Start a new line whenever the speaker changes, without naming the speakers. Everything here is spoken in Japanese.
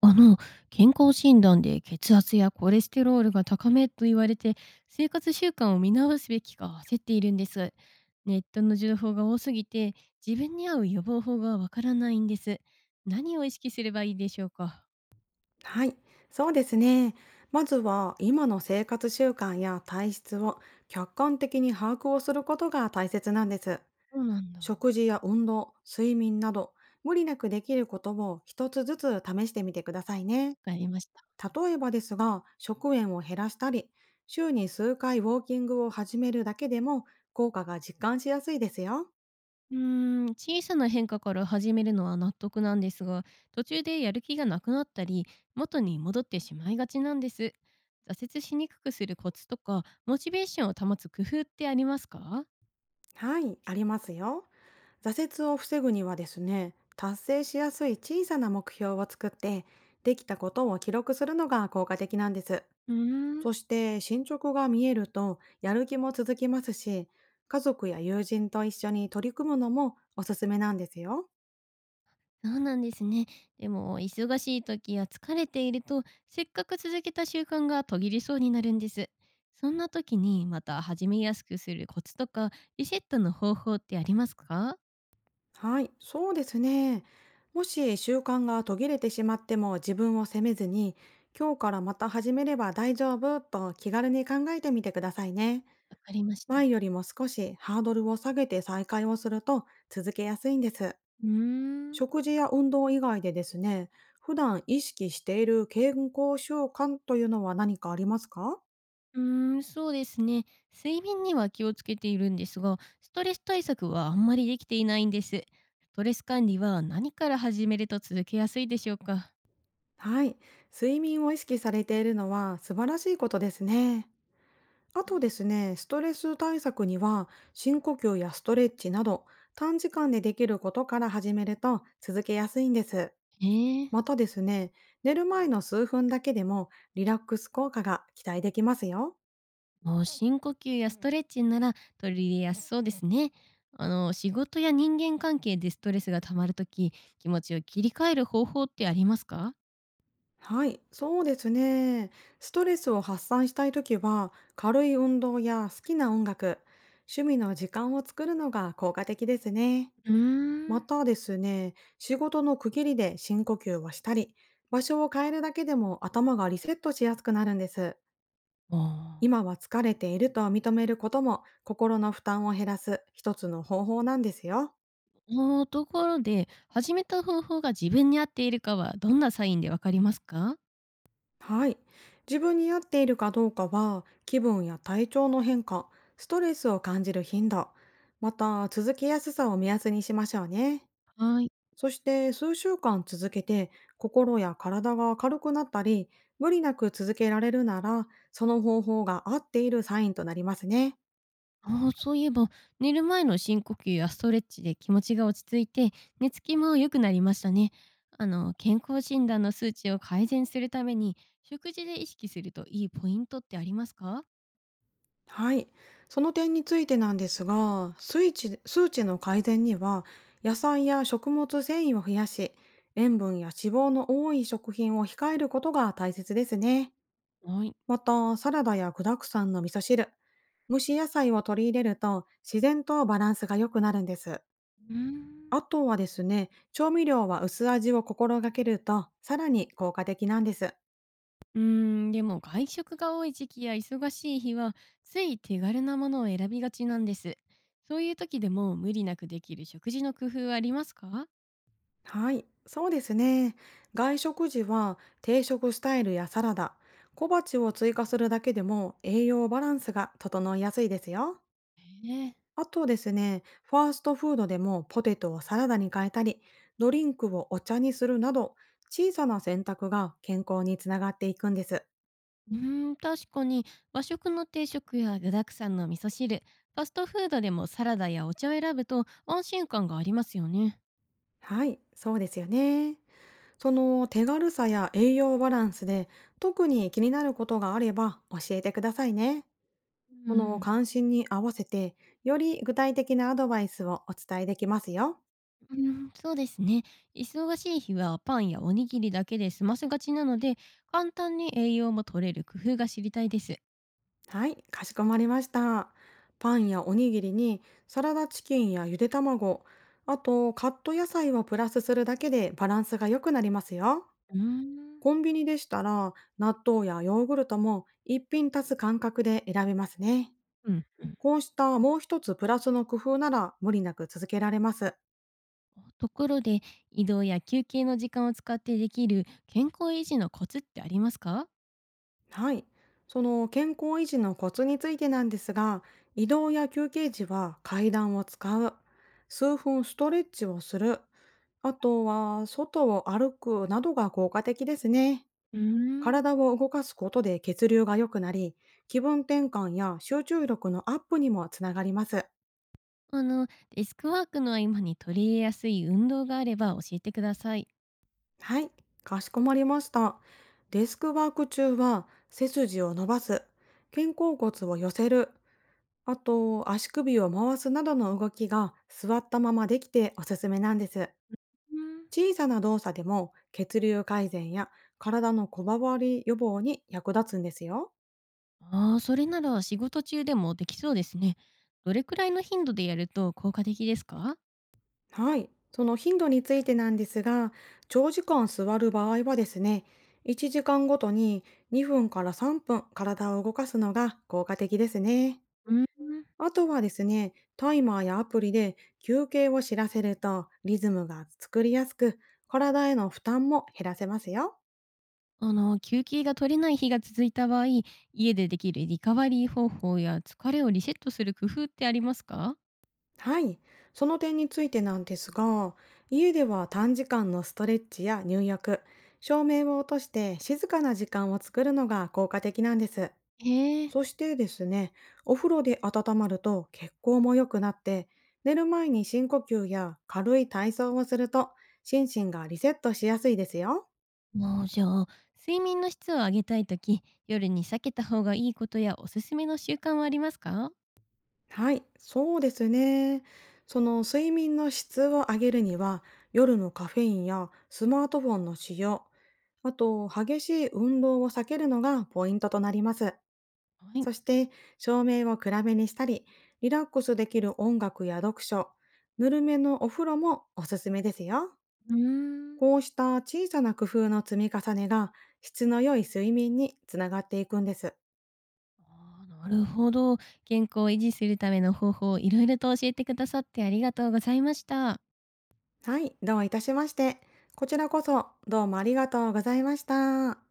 あの、健康診断で血圧やコレステロールが高めと言われて、生活習慣を見直すべきか焦っているんです。ネットの情報が多すぎて、自分に合う予防法がわからないんです。何を意識すればいいでしょうか？
はい、そうですね。まずは今の生活習慣や体質を客観的に把握をすることが大切なんです。
そうなんだ。わ
食事や運動、睡眠など無理なくできることを一つずつ試してみてくださいね。
かりました。
例えばですが、食塩を減らしたり、週に数回ウォーキングを始めるだけでも効果が実感しやすいですよ。
うー小さな変化から始めるのは納得なんですが、途中でやる気がなくなったり、元に戻ってしまいがちなんです。挫折しにくくするコツとか、モチベーションを保つ工夫ってありますか？
はい、ありますよ。挫折を防ぐにはですね、達成しやすい小さな目標を作って、できたことを記録するのが効果的なんです。
うーん、
そして進捗が見えると、やる気も続きますし、家族や友人と一緒に取り組むのもおすすめなんですよ。
そうなんですね。でも、忙しい時や疲れていると、せっかく続けた習慣が途切れそうになるんです。そんな時にまた始めやすくするコツとか、リセットの方法ってありますか？
はい、そうですね。もし習慣が途切れてしまっても自分を責めずに、今日からまた始めれば大丈夫と気軽に考えてみてくださいね。
わかりました。
前よりも少しハードルを下げて再開をすると続けやすいんです。
うーん。
食事や運動以外でですね、普段意識している健康習慣というのは何かありますか？
そうですね。睡眠には気をつけているんですが、ストレス対策はあんまりできていないんです。ストレス管理は何から始めると続けやすいでしょうか？
はい。睡眠を意識されているのは素晴らしいことですね。あ
は
とで
い、
すね、ストレス対策には深呼吸やストレッチなど短時間でできることから始めると続けやすいんです。
ええ。
またですね、寝る前の数分だけでもリラックス効果が期待できますよ。
ああ、深呼吸やストレッチなら取り入れやすそうですね。あの、仕事や人間関係でストレスがたまるとき、気持ちを切り替える方法ってありますか？
はい、そうですね。ストレスを発散したいときは、軽い運動や好きな音楽、趣味の時間を作るのが効果的ですね。
うー
ま
ん。
たですね、仕事の区切りで深呼吸をしたり、場所を変えるだけでも頭がリセットしやすくなるんです。
ああ、
今は疲れていると認めることも、心の負担を減らす一つの方法なんですよ。
そのところで、始めた方法が自分に合っているかはどんなサインでわかりますか？
はい。自分に合っているかどうかは、気分や体調の変化、ストレスを感じる頻度、また続けやすさを目安にしましょうね。
はい。
そして数週間続けて心や体が軽くなったり、無理なく続けられるなら、その方法が合っているサインとなりますね。
ああ、そういえば、寝る前の深呼吸やストレッチで気持ちが落ち着いて、寝つきも良くなりましたね。健康診断の数値を改善するために、食事で意識するといいポイントってありますか？
はい。その点についてなんですが、数値の改善には、野菜や食物繊維を増やし、塩分や脂肪の多い食品を控えることが大切ですね。
はい。
また、サラダや具沢山の味噌汁、蒸し野菜を取り入れると、自然とバランスが良くなるんです。
うーん。
あとはですね、調味料は薄味を心がけると、さらに効果的なんです。
うーでも外食が多い時期や忙しい日は、つい手軽なものを選びがちなんです。そういう時でも無理なくできる食事の工夫はありますか？
はい、そうですね。外食時は定食スタイルやサラダ、小鉢を追加するだけでも栄養バランスが整いやすいですよ。
え。
あとですね、ファーストフードでもポテトをサラダに変えたり、ドリンクをお茶にするなど、小さな選択が健康につながっていくんです。
うーん、確かに和食の定食や具沢山の味噌汁、ファストフードでもサラダやお茶を選ぶと安心感がありますよね。
はい、そうですよね。その手軽さや栄養バランスで特に気になることがあれば教えてくださいね。
う
その
ん、
関心に合わせて、より具体的なアドバイスをお伝えできますよ。
うん、そうですね。忙しい日はパンやおにぎりだけで済ませがちなので、簡単に栄養も取れる工夫が知りたいです。
はい、かしこまりました。パンやおにぎりにサラダチキンやゆで卵、あとカット野菜をプラスするだけでバランスが良くなりますよ。
うーん、
コンビニでしたら納豆やヨーグルトも一品足す感覚で選べますね。
うん。
こうしたもう一つプラスの工夫なら無理なく続けられます。
ところで、移動や休憩の時間を使ってできる健康維持のコツってありますか？
はい。その健康維持のコツについてなんですが、移動や休憩時は階段を使う、数分ストレッチをする、あとは外を歩くなどが効果的ですね。
うーん。
体を動かすことで血流が良くなり、気分転換や集中力のアップにもつながります。
あの、デスクワークの合間に取り入れやすい運動があれば教えてください。
はい、かしこまりました。デスクワーク中は背筋を伸ばす、肩甲骨を寄せる、あと、足首を回すなどの動きが座ったままできておすすめなんです。
うん。
小さな動作でも血流改善や体のこばわり予防に役立つんですよ。
ああ、それなら仕事中でもできそうですね。どれくらいの頻度でやると効果的ですか？
はい。その頻度についてなんですが、長時間座る場合はですね、1時間ごとに2分から3分体を動かすのが効果的ですね。
うん。
あとはですね、タイマーやアプリで休憩を知らせるとリズムが作りやすく、体への負担も減らせますよ。
休憩が取れない日が続いた場合、家でできるリカバリー方法や疲れをリセットする工夫ってありますか？
はい。その点についてなんですが、家では短時間のストレッチや入浴、照明を落として静かな時間を作るのが効果的なんです。
へえ。
そしてですね、お風呂で温まると血行も良くなって、寝る前に深呼吸や軽い体操をすると心身がリセットしやすいですよ。
もうじゃあ、睡眠の質を上げたいとき、夜に避けた方がいいことやおすすめの習慣はありますか？
はい、そうですね。その睡眠の質を上げるには、夜のカフェインやスマートフォンの使用、あと激しい運動を避けるのがポイントとなります。
はい。
そして、照明を暗めにしたり、リラックスできる音楽や読書、ぬるめのお風呂もおすすめですよ。
うーん。
こうした小さな工夫の積み重ねが質の良い睡眠につながっていくんです。
ああ、なるほど。健康を維持するための方法、いろいろと教えてくださってありがとうございました。
はい、どういたしまして。こちらこそ、どうもありがとうございました。